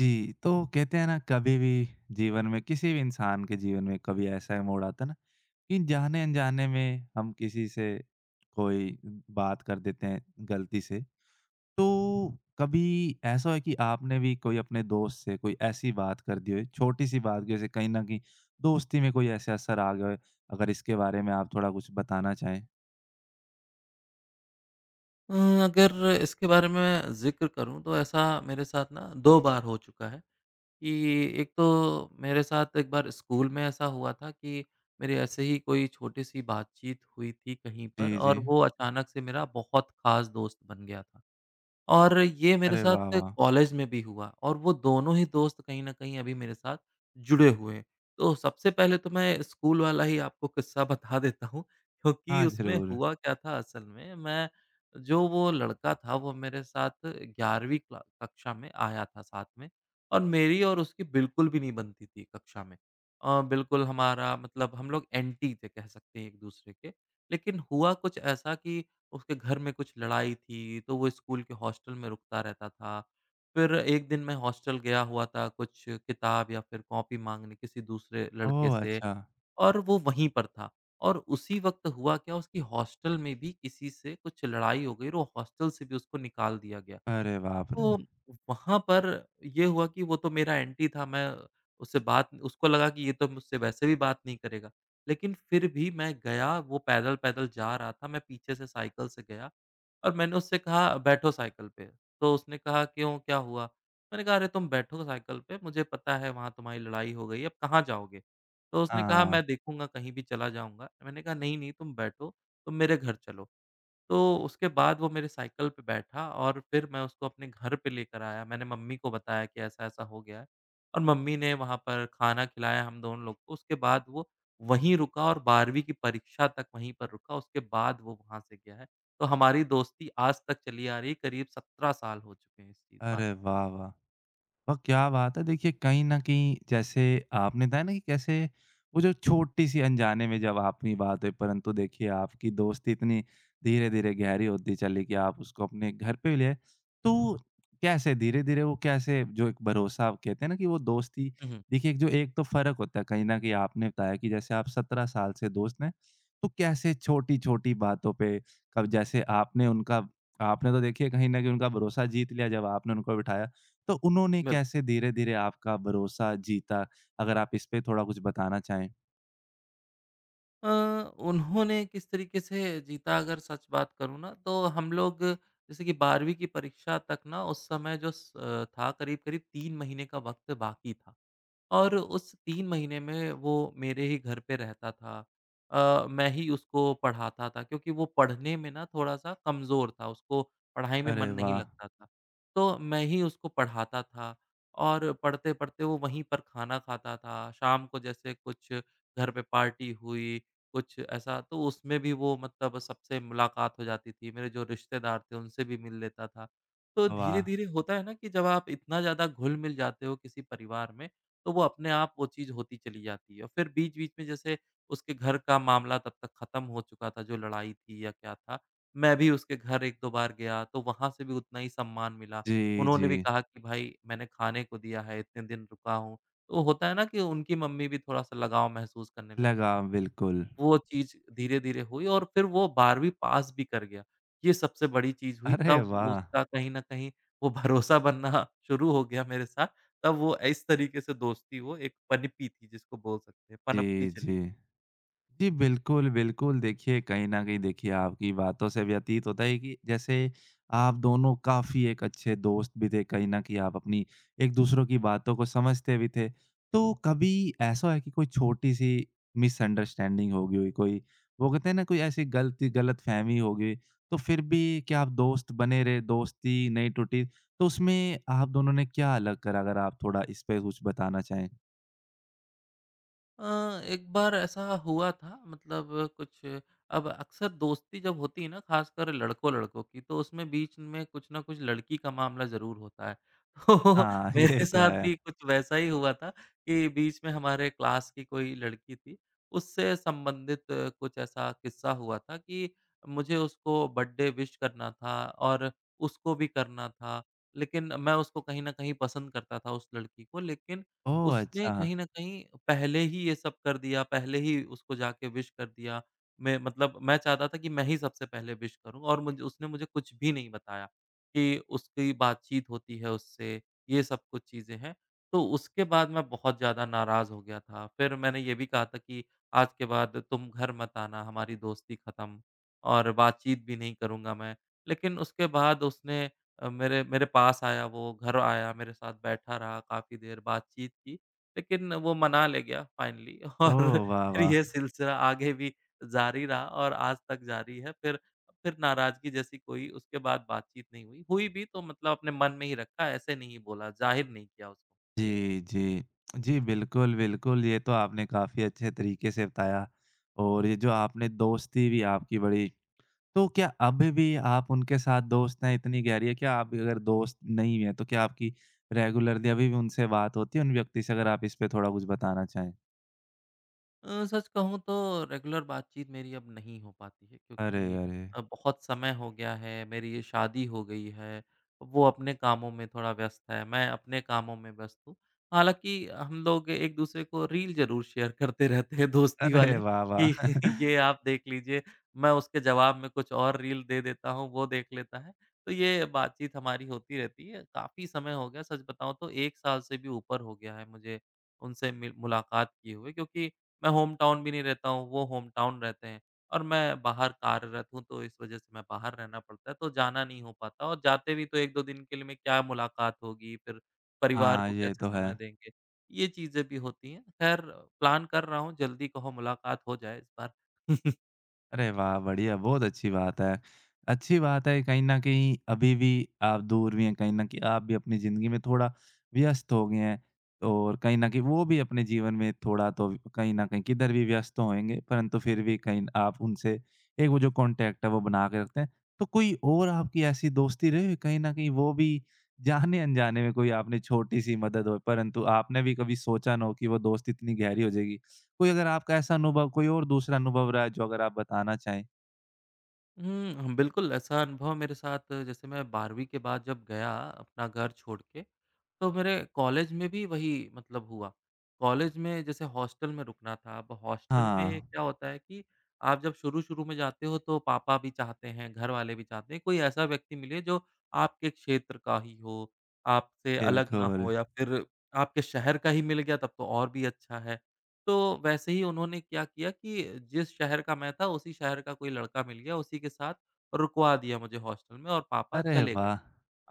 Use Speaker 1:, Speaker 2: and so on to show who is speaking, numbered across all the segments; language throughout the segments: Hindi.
Speaker 1: जी, तो कहते हैं ना कभी भी जीवन में किसी भी इंसान के जीवन में कभी ऐसा मोड़ आता है ना कि जाने-अनजाने में हम किसी से कोई बात कर देते हैं गलती से। तो कभी ऐसा है कि आपने भी कोई अपने दोस्त से कोई ऐसी बात कर दी हो, छोटी-सी बात की वजह से कहीं न कहीं दोस्ती में कोई ऐसे असर आ गए? अगर इसके बारे में आप थोड़ा कुछ बताना चाहें?
Speaker 2: अ, अगर इसके बारे में ज़िक्र करूँ तो ऐसा मेरे साथ ना 2 बार हो चुका है कि एक तो मेरे साथ एक बार स्कूल में ऐसा हुआ था कि मेरी ऐसे ही कोई छोटी-सी बातचीत हुई थी कहीं पर,
Speaker 1: जी, जी।
Speaker 2: और वो अचानक से मेरा बहुत ख़ास दोस्त बन गया था। और ये मेरे
Speaker 1: अरे वाह,
Speaker 2: साथ
Speaker 1: वाह!
Speaker 2: कॉलेज में भी हुआ और वो दोनों ही दोस्त कहीं न कहीं अभी मेरे साथ जुड़े हुए हैं। तो सबसे पहले तो मैं स्कूल वाला ही आपको किस्सा बता देता हूँ, क्योंकि
Speaker 1: हाँ,
Speaker 2: उसमें
Speaker 1: ज़रूर।
Speaker 2: हुआ क्या था, असल में मैं जो वो लड़का था वो मेरे साथ 11वीं क्ला कक्षा में आया था साथ में, और मेरी और उसकी बिल्कुल भी नहीं बनती थी कक्षा में। बिल्कुल हमारा मतलब हम लोग एंटी थे कह सकते हैं एक-दूसरे के। लेकिन हुआ कुछ ऐसा कि उसके घर में कुछ लड़ाई थी, तो वो स्कूल के हॉस्टल में रुकता रहता था। फिर एक दिन मैं हॉस्टल गया हुआ था कुछ किताब या फिर कॉपी माँगने किसी दूसरे लड़के
Speaker 1: ओह,
Speaker 2: से,
Speaker 1: अच्छा।
Speaker 2: और वो वहीं पर था। और उसी वक़्त हुआ क्या, उसकी हॉस्टल में भी किसी से कुछ लड़ाई हो गई और वो हॉस्टल से भी उसको निकाल दिया गया।
Speaker 1: अरे बाप रे!
Speaker 2: तो वहाँ पर ये हुआ कि वो तो मेरा एंटी था, मैं उससे बात, उसको लगा कि ये तो मुझसे वैसे भी बात नहीं करेगा। लेकिन फिर भी मैं गया, वो पैदल-पैदल जा रहा था, मैं पीछे से साइकिल से गया और मैंने उससे कहा, "बैठो साइकिल पे।" तो उसने कहा, "क्यों, क्या हुआ?" मैंने कहा, "अरे! तुम बैठो साइकिल पे, मुझे पता है वहाँ तुम्हारी लड़ाई हो गई, अब कहाँ जाओगे?" तो उसने कहा,
Speaker 1: हाँ।
Speaker 2: "मैं देखूँगा, कहीं भी चला जाऊँगा।" मैंने कहा, "नहीं, नहीं, तुम बैठो, तुम मेरे घर चलो।" तो उसके बाद वो मेरे साइकिल पे बैठा और फिर मैं उसको अपने घर पे लेकर आया। मैंने मम्मी को बताया कि ऐसा-ऐसा हो गया है, और मम्मी ने वहाँ पर खाना खिलाया हम दोनों लोग को। उसके बाद वो वहीं रुका और 12वीं की परीक्षा तक वहीं पर रुका, उसके बाद वो वहाँ से गया है। तो हमारी दोस्ती आज तक चली आ रही है, करीब 17 साल हो चुके हैं इस चीज़ बात।
Speaker 1: अरे वाह, वाह! और क्या बात है! देखिए, कहीं न कहीं जैसे आपने बताया ना कि कैसे वो जो छोटी-सी अनजाने में जब आपकी बात हुई, परंतु देखिए आपकी दोस्ती इतनी धीरे-धीरे गहरी होती चली कि आप उसको अपने घर पे भी ले आए। तो कैसे धीरे-धीरे वो कैसे जो एक भरोसा आप कहते हैं ना कि वो दोस्ती
Speaker 2: हुँ, हुँ।
Speaker 1: देखिए, एक जो एक तो फ़र्क होता है कहीं न कहीं आपने बताया कि जैसे आप 17 साल से दोस्त हैं, तो कैसे छोटी-छोटी बातों पे कब जैसे आपने उनका आपने तो देखिए कहीं न कहीं उनका भरोसा जीत लिया जब आपने उनको बिठाया। तो उन्होंने
Speaker 2: बिल्कुल।
Speaker 1: कैसे धीरे-धीरे आपका भरोसा जीता? अगर आप इस पे थोड़ा कुछ बताना चाहें।
Speaker 2: अ, उन्होंने किस तरीके से जीता, अगर सच बात करूँ ना, तो हम लोग जैसे कि 12वीं की परीक्षा तक, ना उस समय जो स था करीब-करीब 3 महीने का वक़्त बाकी था। और उस 3 महीने में वो मेरे ही घर पे रहता था। मैं ही उसको पढ़ाता था, क्योंकि वो पढ़ने में ना थोड़ा-सा कमज़ोर था, उसको पढ़ाई में मन
Speaker 1: अरे
Speaker 2: नहीं
Speaker 1: वाह!
Speaker 2: लगता था। तो मैं ही उसको पढ़ाता था, और पढ़ते-पढ़ते वो वहीं पर खाना खाता था। शाम को जैसे कुछ घर पे पार्टी हुई, कुछ ऐसा, तो उसमें भी वो, मतलब सबसे मुलाकात हो जाती थी। मेरे जो रिश्तेदार थे उनसे भी मिल लेता था। तो
Speaker 1: वाह!
Speaker 2: धीरे-धीरे होता है ना कि जब आप इतना ज़्यादा घुल-मिल जाते हो किसी परिवार में, तो वो अपने आप वो चीज़ होती चली जाती है। और फिर बीच-बीच में जैसे उसके घर का मामला तब तक ख़त्म हो चुका था, जो लड़ाई थी या क्या था। मैं भी उसके घर 1-2 बार गया, तो वहाँ से भी उतना ही सम्मान मिला।
Speaker 1: जी, जी।
Speaker 2: उन्होंने भी कहा कि भाई मैंने खाने को दिया है, इतने दिन रुका हूँ। तो होता है ना कि उनकी मम्मी भी थोड़ा-सा लगाव महसूस करने
Speaker 1: लगा
Speaker 2: लगती हैं।
Speaker 1: बिल्कुल।
Speaker 2: वो चीज़ धीरे-धीरे हुई और फिर वो 12वीं पास भी कर गया। ये सबसे बड़ी चीज़ हुई,
Speaker 1: अरे
Speaker 2: तब
Speaker 1: वाह!
Speaker 2: उसका कहीं न कहीं वो भरोसा बनना शुरू हो गया मेरे साथ। तब वो इस तरीके से दोस्ती वो एक पनपी थी जिसको बोल सकते हैं, पनपती
Speaker 1: जी,
Speaker 2: चली।
Speaker 1: जी। जी, बिल्कुल, बिल्कुल। देखिए, कहीं न कहीं देखिए आपकी बातों से व्यतीत होता है कि जैसे आप दोनों काफ़ी एक अच्छे दोस्त भी थे, कहीं न कहीं आप अपनी एक-दूसरों की बातों को समझते भी थे। तो कभी ऐसा है कि कोई छोटी-सी मिसअंडरस्टैंडिंग हो गई हुई, कोई वो कहते हैं ना कोई ऐसी गलती गलतफ़हमी हो गई, तो फिर भी क्या आप दोस्त बने रहे, दोस्ती नहीं टूटी? तो उसमें आप दोनों ने क्या अलग करा? अगर आप थोड़ा इस पे कुछ बताना चाहें।
Speaker 2: एक बार ऐसा हुआ था, मतलब कुछ, अब अक्सर दोस्ती जब होती है ना, खासकर लड़कों-लड़कों की, तो उसमें बीच में कुछ ना कुछ लड़की का मामला ज़रूर होता है। तो
Speaker 1: हाँ, ये
Speaker 2: मेरे
Speaker 1: तो
Speaker 2: साथ
Speaker 1: है।
Speaker 2: भी कुछ वैसा ही हुआ था कि बीच में हमारे क्लास की कोई लड़की थी, उससे संबंधित कुछ ऐसा किस्सा हुआ था कि मुझे उसको बर्थडे विश करना था और उसको भी करना था। लेकिन मैं उसको कहीं न कहीं पसंद करता था उस लड़की को, लेकिन
Speaker 1: ओह,
Speaker 2: उसने
Speaker 1: अच्छा।
Speaker 2: कहीं न कहीं पहले ही ये सब कर दिया, पहले ही उसको जाके विश कर दिया। मैं, मतलब मैं चाहता था कि मैं ही सबसे पहले विश करूँ, और मुझे उसने मुझे कुछ भी नहीं बताया कि उसकी बातचीत होती है उससे, ये सब कुछ चीज़ें हैं। तो उसके बाद मैं बहुत ज़्यादा नाराज़ हो गया था। फिर मैंने ये भी कहा था कि आज के बाद तुम घर मत आना, हमारी दोस्ती खत्म और बातचीत भी नहीं करूँगा मैं। लेकिन उसके बाद उसने मेरे मेरे पास आया वो, घर आया, मेरे साथ बैठा रहा, काफ़ी देर बातचीत की, लेकिन वो मना ले गया फाइनली।
Speaker 1: ओह,
Speaker 2: और
Speaker 1: वाह,
Speaker 2: फिर ये
Speaker 1: वाह!
Speaker 2: सिलसिला आगे भी जारी रहा और आज तक जारी है। फिर नाराज़गी जैसी कोई उसके बाद बातचीत नहीं हुई। हुई भी तो मतलब अपने मन में ही रखा, ऐसे नहीं बोला, ज़ाहिर नहीं किया उसको।
Speaker 1: जी, जी। जी, बिल्कुल, बिल्कुल, ये तो आपने काफ़ी अच्छे तरीके से बताया और ये जो आपने दोस्ती भी आपकी बढ़ी, तो क्या अभी भी आप उनके साथ दोस्त हैं इतनी गहरी है? क्या आप अगर दोस्त नहीं हैं, तो क्या आपकी रेगुलरली अभी भी उनसे बात होती है उन व्यक्ति से? अगर आप इस पे थोड़ा कुछ बताना चाहें।
Speaker 2: सच कहूँ तो रेगुलर बातचीत मेरी अब नहीं हो पाती है,
Speaker 1: अरे,
Speaker 2: क्योंकि
Speaker 1: अरे!
Speaker 2: बहुत समय हो गया है, मेरी ये शादी हो गई है, वो अपने कामों में थोड़ा व्यस्त है, मैं अपने कामों में व्यस्त हूँ। हालाँकि हम लोग एक-दूसरे को रील ज़रूर शेयर करते रहते हैं दोस्ती
Speaker 1: अरे
Speaker 2: वाले
Speaker 1: वाह,
Speaker 2: कि
Speaker 1: वाह!
Speaker 2: ये आप देख लीजिए, मैं उसके जवाब में कुछ और रील दे देता हूँ, वो देख लेता है। तो ये बातचीत हमारी होती रहती है, काफ़ी समय हो गया सच बताऊँ तो 1 साल से भी ऊपर हो गया है मुझे उनसे मिल मुलाकात किए हुए, क्योंकि मैं होम टाउन भी नहीं रहता हूँ, वो होम टाउन रहते हैं और मैं बाहर कार्यरत हूँ, तो इस वज़ह से मैं बाहर रहना पड़ता है, तो जाना नहीं हो पाता, और जाते भी तो 1-2 दिन के लिए, मैं क्या मुलाकात होगी, फिर परिवार
Speaker 1: हाँ,
Speaker 2: को
Speaker 1: ये
Speaker 2: कैसे
Speaker 1: तो है।
Speaker 2: समय देंगे? ये चीज़ें भी होती हैं। ख़ैर, प्लान कर रहा हूँ, जल्दी कहो मुलाकात हो जाए इस बार।
Speaker 1: अरे वाह! बढ़िया, बहुत अच्छी बात है। अच्छी बात है कहीं न कहीं अभी भी आप दूर भी हैं, कहीं न कहीं आप भी अपनी ज़िंदगी में थोड़ा व्यस्त हो गए हैं और कहीं न कहीं वो भी अपने जीवन में थोड़ा तो कहीं न कहीं किधर भी व्यस्त तो होंगे, परंतु फिर भी कहीं आप उनसे एक वो जो कॉन्टैक्ट है वो बना के रखते हैं। तो कोई और आपकी ऐसी दोस्ती रही हो कहीं न कहीं वो भी जाने-अनजाने में कोई आपने छोटी-सी मदद हो परंतु आपने भी कभी सोचा ना हो कि वो दोस्ती इतनी गहरी हो जाएगी? कोई अगर आपका ऐसा अनुभव कोई और दूसरा अनुभव रहा है जो अगर आप बताना चाहें?
Speaker 2: हुँ, बिल्कुल ऐसा अनुभव मेरे साथ, जैसे मैं 12वीं के बाद जब गया अपना घर छोड़ के, तो मेरे कॉलेज में भी वही मतलब हुआ। कॉलेज में जैसे हॉस्टल में रुकना था, अब हॉस्टल में
Speaker 1: हाँ,
Speaker 2: क्या होता है कि आप जब शुरू-शुरू में जाते हो, तो पापा भी चाहते हैं, घर वाले भी चाहते हैं, कोई ऐसा व्यक्ति मिले जो आपके क्षेत्र का ही हो, आपसे अलग ना
Speaker 1: बिल्कुल।
Speaker 2: हो, या फिर आपके शहर का ही मिल गया तब तो और भी अच्छा है। तो वैसे ही उन्होंने क्या किया कि जिस शहर का मैं था उसी शहर का कोई लड़का मिल गया, उसी के साथ रुकवा दिया मुझे हॉस्टल में और पापा
Speaker 1: अरे
Speaker 2: चले गए।
Speaker 1: वाह!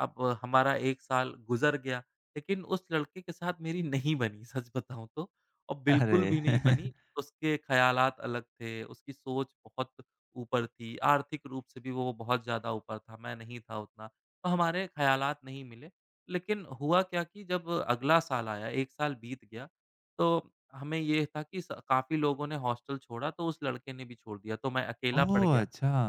Speaker 2: अब हमारा 1 साल गुज़र गया, लेकिन उस लड़के के साथ मेरी नहीं बनी सच बताऊँ तो, और बिल्कुल
Speaker 1: अरे!
Speaker 2: भी नहीं बनी। उसके ख़्यालात अलग थे, उसकी सोच बहुत ऊपर थी, आर्थिक रूप से भी वो बहुत ज़्यादा ऊपर था, मैं नहीं था उतना, तो हमारे ख़्यालात नहीं मिले। लेकिन हुआ क्या कि जब अगला साल आया, 1 साल बीत गया, तो हमें ये था कि स काफ़ी लोगों ने हॉस्टल छोड़ा, तो उस लड़के ने भी छोड़ दिया, तो मैं अकेला पड़
Speaker 1: ओह,
Speaker 2: गया।
Speaker 1: अच्छा,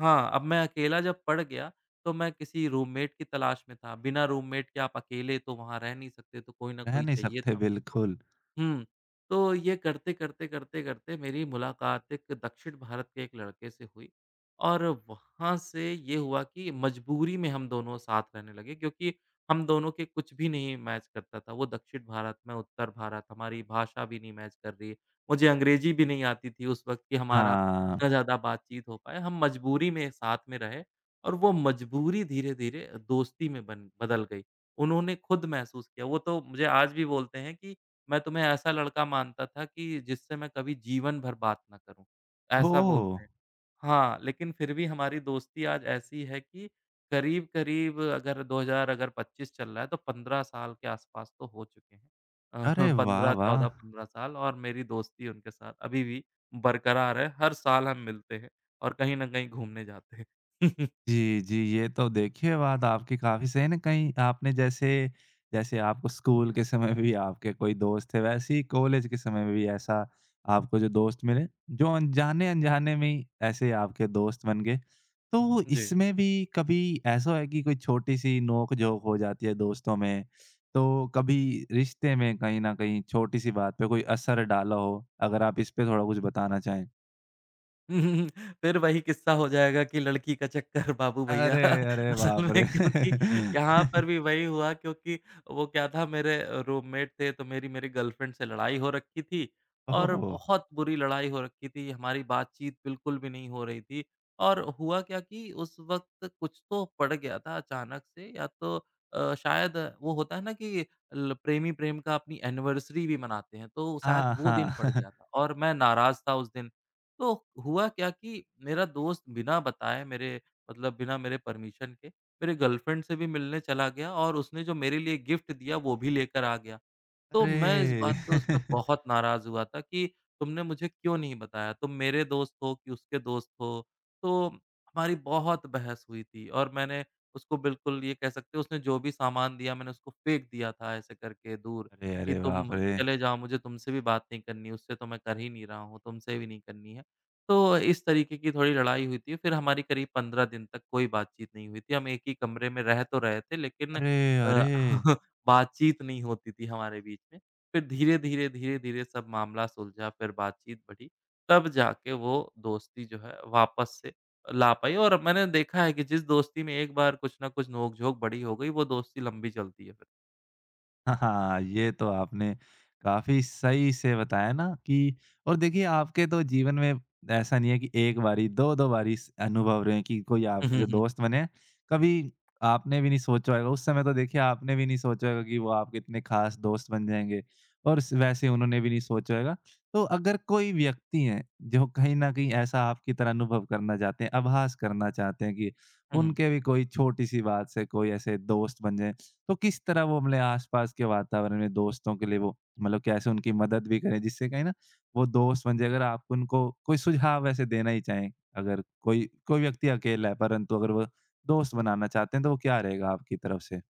Speaker 2: हाँ, अब मैं अकेला जब पड़ गया, तो मैं किसी रूममेट की तलाश में था। बिना रूममेट के आप अकेले तो वहाँ रह नहीं सकते, तो कोई ना
Speaker 1: रह
Speaker 2: कोई
Speaker 1: नहीं
Speaker 2: चाहिए
Speaker 1: सकते
Speaker 2: था मुझको।
Speaker 1: बिल्कुल।
Speaker 2: हुँ। तो ये करते, करते, करते, करते मेरी मुलाकात एक दक्षिण भारत के एक लड़के से हुई, और वहाँ से ये हुआ कि मजबूरी में हम दोनों साथ रहने लगे, क्योंकि हम दोनों के कुछ भी नहीं मैच करता था। वो दक्षिण भारत, मैं उत्तर भारत, हमारी भाषा भी नहीं मैच कर रही है। मुझे अंग्रेज़ी भी नहीं आती थी उस वक़्त कि हमारा
Speaker 1: हाँ।
Speaker 2: इतना ज़्यादा बातचीत हो पाए। हम मजबूरी में साथ में रहे, और वो मजबूरी धीरे-धीरे दोस्ती में बन बदल गई। उन्होंने खुद महसूस किया, वो तो मुझे आज भी बोलते हैं कि मैं तुम्हें ऐसा लड़का मानता था कि जिससे मैं कभी जीवन भर बात ना करूँ, ऐसा
Speaker 1: ओह!
Speaker 2: बोलते हैं। हाँ, लेकिन फिर भी हमारी दोस्ती आज ऐसी है कि करीब-करीब अगर 2000, अगर 25 चल रहा है तो 15 साल के आस-पास तो हो चुके हैं। अ,
Speaker 1: अरे वाह,
Speaker 2: 15,
Speaker 1: वाह!
Speaker 2: 14, 15 साल, और मेरी दोस्ती उनके साथ अभी भी बरकरार है। हर साल हम मिलते हैं और कहीं न कहीं घूमने जाते हैं।
Speaker 1: जी, जी। ये तो देखिए बात आपकी काफ़ी सही है ना कहीं आपने जैसे जैसे आपको स्कूल के समय में भी आपके कोई दोस्त थे, वैसे ही कॉलेज के समय में भी ऐसा आपको जो दोस्त मिले, जो अनजाने-अनजाने में ही ऐसे आपके दोस्त बन गए। तो
Speaker 2: जी।
Speaker 1: इसमें भी कभी ऐसा है कि कोई छोटी-सी नोक-झोंक हो जाती है दोस्तों में, तो कभी रिश्ते में कहीं न कहीं छोटी-सी बात पे कोई असर डाला हो? अगर आप इस पे थोड़ा कुछ बताना चाहें?
Speaker 2: हम्म, फिर वही किस्सा हो जाएगा कि लड़की का चक्कर बाबू भैया।
Speaker 1: अरे! अरे
Speaker 2: असल
Speaker 1: बाप रे!
Speaker 2: में, क्योंकि यहाँ पर भी वही हुआ, क्योंकि वो क्या था, मेरे रूममेट थे तो मेरी मेरी गर्लफ्रेंड से लड़ाई हो रखी थी, और
Speaker 1: ओह!
Speaker 2: बहुत बुरी लड़ाई हो रखी थी, हमारी बातचीत बिल्कुल भी नहीं हो रही थी। और हुआ क्या कि उस वक्त कुछ तो पड़ गया था अचानक से, या तो शायद वो होता है ना कि प्रेमी प्रेम का अपनी एनिवर्सरी भी मनाते हैं, तो शायद
Speaker 1: हाँ,
Speaker 2: वो
Speaker 1: हाँ।
Speaker 2: दिन पड़ गया था और मैं नाराज था उस दिन। तो हुआ क्या कि मेरा दोस्त बिना बताए मेरे, मतलब बिना मेरे परमिशन के, मेरे गर्लफ्रेंड से भी मिलने चला गया और उसने जो मेरे लिए गिफ्ट दिया वो भी लेकर आ गया। तो मैं इस
Speaker 1: अरे!
Speaker 2: बात पे उस पे बहुत नाराज़ हुआ था कि तुमने मुझे क्यों नहीं बताया? तुम मेरे दोस्त हो कि उसके दोस्त हो? तो हमारी बहुत बहस हुई थी, और मैंने उसको, बिल्कुल ये कह सकते हो, उसने जो भी सामान दिया मैंने उसको फेंक दिया था ऐसे करके दूर
Speaker 1: अरे,
Speaker 2: कि
Speaker 1: अरे बाप
Speaker 2: तुम
Speaker 1: रे!
Speaker 2: चले जाओ, मुझे तुमसे भी बात नहीं करनी, उससे तो मैं कर ही नहीं रहा हूँ, तुमसे भी नहीं करनी है। तो इस तरीके की थोड़ी लड़ाई हुई थी, फिर हमारी करीब 15 दिन तक कोई बातचीत नहीं हुई थी। हम एक ही कमरे में रह तो रहे थे, लेकिन
Speaker 1: अरे,
Speaker 2: अ,
Speaker 1: अरे!
Speaker 2: बातचीत नहीं होती थी हमारे बीच में। फिर धीरे-धीरे, धीरे-धीरे सब मामला सुलझा, फिर बातचीत बढ़ी, तब जाके वो दोस्ती जो है वापस से ला पाई। और मैंने देखा है कि जिस दोस्ती में एक बार कुछ न कुछ नोक-झोंक बड़ी हो गई, वो दोस्ती लंबी चलती है फिर।
Speaker 1: हाँ, ये तो आपने काफ़ी सही से बताया ना कि और देखिए आपके तो जीवन में ऐसा नहीं है कि 1 बारी, 2-2 बारी स अनुभव रहे हैं कि कोई
Speaker 2: हुँ,
Speaker 1: आपके
Speaker 2: हुँ,
Speaker 1: जो
Speaker 2: हुँ, हुँ।
Speaker 1: दोस्त बने हैं, कभी आपने भी नहीं सोचा होगा उस समय तो देखिए आपने भी नहीं सोचा होगा कि वो आपके इतने ख़ास दोस्त बन जाएँगे और स वैसे उन्होंने भी नहीं सोचा होगा। तो अगर कोई व्यक्ति है, जो कहीं न कहीं ऐसा आपकी तरह अनुभव करना चाहते हैं, आभास करना चाहते हैं कि
Speaker 2: हुँ।
Speaker 1: उनके भी कोई छोटी-सी बात से कोई ऐसे दोस्त बन जाएँ, तो किस तरह वो अपने आसपास के वातावरण में दोस्तों के लिए वो मतलब कैसे उनकी मदद भी करें जिससे कहीं ना वो दोस्त बन जाए? अगर आप उनको कोई सुझाव वैसे देना ही चाहें अगर कोई कोई व्यक्ति अकेला है परंतु अगर वो दोस्त बनाना चाहते हैं तो वो क्या रहेगा आपकी तरफ से?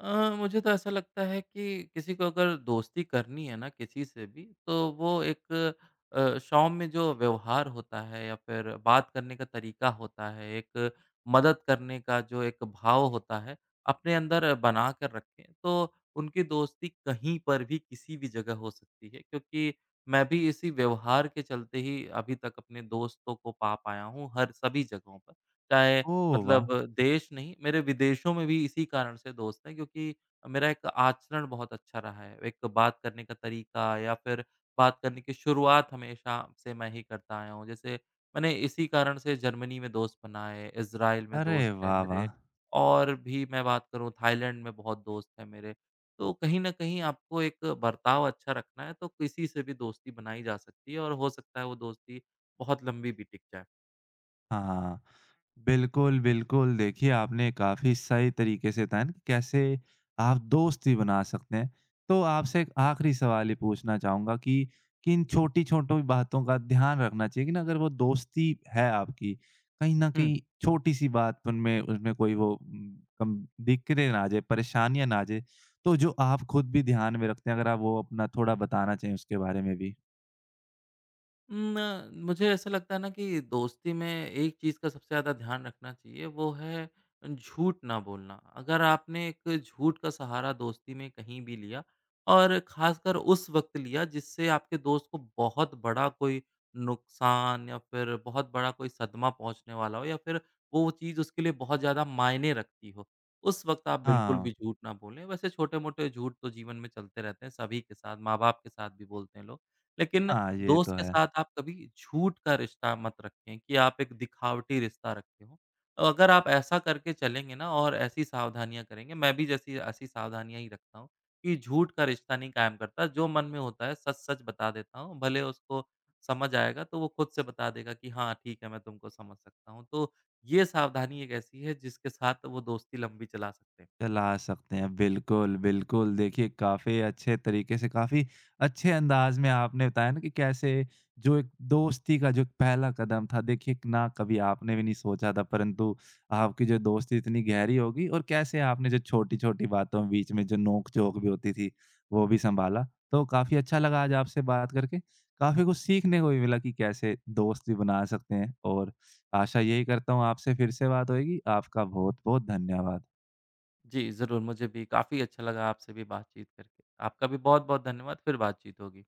Speaker 2: मुझे तो ऐसा लगता है कि किसी को अगर दोस्ती करनी है ना किसी से भी, तो वो एक सौम्य में जो व्यवहार होता है या फिर बात करने का तरीका होता है, एक मदद करने का जो एक भाव होता है, अपने अंदर बना कर रखें, तो उनकी दोस्ती कहीं पर भी, किसी भी जगह हो सकती है। क्योंकि मैं भी इसी व्यवहार के चलते ही अभी तक अपने दोस्तों को पा पाया हूँ हर सभी जगहों पर। चाहे,
Speaker 1: ओह,
Speaker 2: मतलब,
Speaker 1: वाह!
Speaker 2: देश नहीं, मेरे विदेशों में भी इसी कारण से दोस्त हैं, क्योंकि मेरा एक आचरण बहुत अच्छा रहा है। एक बात करने का तरीका, या फिर बात करने की शुरुआत हमेशा से मैं ही करता आया हूँ। जैसे मैंने इसी कारण से जर्मनी में दोस्त बनाए, इज़राइल में
Speaker 1: अरे
Speaker 2: दोस्त हैं
Speaker 1: वाह, वाह!
Speaker 2: मेरे, और भी मैं बात करूँ, थाईलैंड में बहुत दोस्त हैं मेरे। तो कहीं न कहीं आपको एक बर्ताव अच्छा रखना है तो किसी से भी दोस्ती बनाई जा सकती है, और हो सकता है वो दोस्ती बहुत लंबी भी टिक जाए।
Speaker 1: हाँ, बिल्कुल, बिल्कुल। देखिए, आपने काफ़ी सही तरीके से बताया ना कि कैसे आप दोस्ती बना सकते हैं। तो आपसे एक आखिरी सवाल ये पूछना चाहूँगा कि किन छोटी-छोटी बातों का ध्यान रखना चाहिए कि ना अगर वो दोस्ती है आपकी, कहीं न
Speaker 2: हुँ।
Speaker 1: कहीं छोटी-सी बात उनमें उसमें कोई वो उम, कम दिक्कतें ना आ जाए, परेशानियाँ ना आ जाए। तो जो आप खुद भी ध्यान में रखते हैं, अगर आप वो अपना थोड़ा बताना चाहें उसके बारे में भी?
Speaker 2: मुझे ऐसा लगता है ना कि दोस्ती में एक चीज़ का सबसे ज़्यादा ध्यान रखना चाहिए, वो है झूठ ना बोलना। अगर आपने एक झूठ का सहारा दोस्ती में कहीं भी लिया, और ख़ासकर उस वक़्त लिया जिससे आपके दोस्त को बहुत बड़ा कोई नुकसान या फिर बहुत बड़ा कोई सदमा पहुँचने वाला हो, या फिर वो चीज़ उसके लिए बहुत ज़्यादा मायने रखती हो, उस वक़्त आप बिल्कुल
Speaker 1: हाँ।
Speaker 2: भी झूठ ना बोलें। वैसे छोटे-मोटे झूठ तो जीवन में चलते रहते हैं, सभी के साथ, माँ-बाप के साथ भी बोलते हैं लोग। लेकिन
Speaker 1: हाँ, ये तो
Speaker 2: दोस्त के
Speaker 1: है।
Speaker 2: साथ आप कभी झूठ का रिश्ता मत रखें, कि आप एक दिखावटी रिश्ता रखे हो। अगर आप ऐसा करके चलेंगे ना, और ऐसी सावधानियाँ करेंगे, मैं भी जैसी ऐसी सावधानियाँ ही रखता हूँ, कि झूठ का रिश्ता नहीं कायम करता, जो मन में होता है सच-सच बता देता हूँ। भले उसको समझ आएगा तो वो खुद से बता देगा कि हाँ, ठीक है, मैं तुमको समझ सकता हूँ। तो ये सावधानी एक ऐसी है जिसके साथ वो दोस्ती लंबी चला सकते हैं।
Speaker 1: चला सकते हैं। बिल्कुल, बिल्कुल। देखिए, काफ़ी अच्छे तरीके से, काफ़ी अच्छे अंदाज़ में आपने बताया ना कि कैसे जो एक दोस्ती का जो एक पहला कदम था, देखिए ना कभी आपने भी नहीं सोचा था, परंतु आपकी जो दोस्ती इतनी गहरी हो गई और कैसे आपने जो छोटी-छोटी बातों में बीच में जो नोक-झोंक भी होती थी, वो भी सँभाला। तो काफ़ी अच्छा लगा आज आपसे बात करके। काफ़ी कुछ सीखने को भी मिला कि कैसे दोस्त भी बना सकते हैं और आशा यही करता हूँ आपसे फिर से बात होएगी। आपका बहुत-बहुत धन्यवाद।
Speaker 2: जी, ज़रूर, मुझे भी काफ़ी अच्छा लगा आपसे भी बातचीत करके। आपका भी बहुत-बहुत धन्यवाद, फिर बातचीत होगी।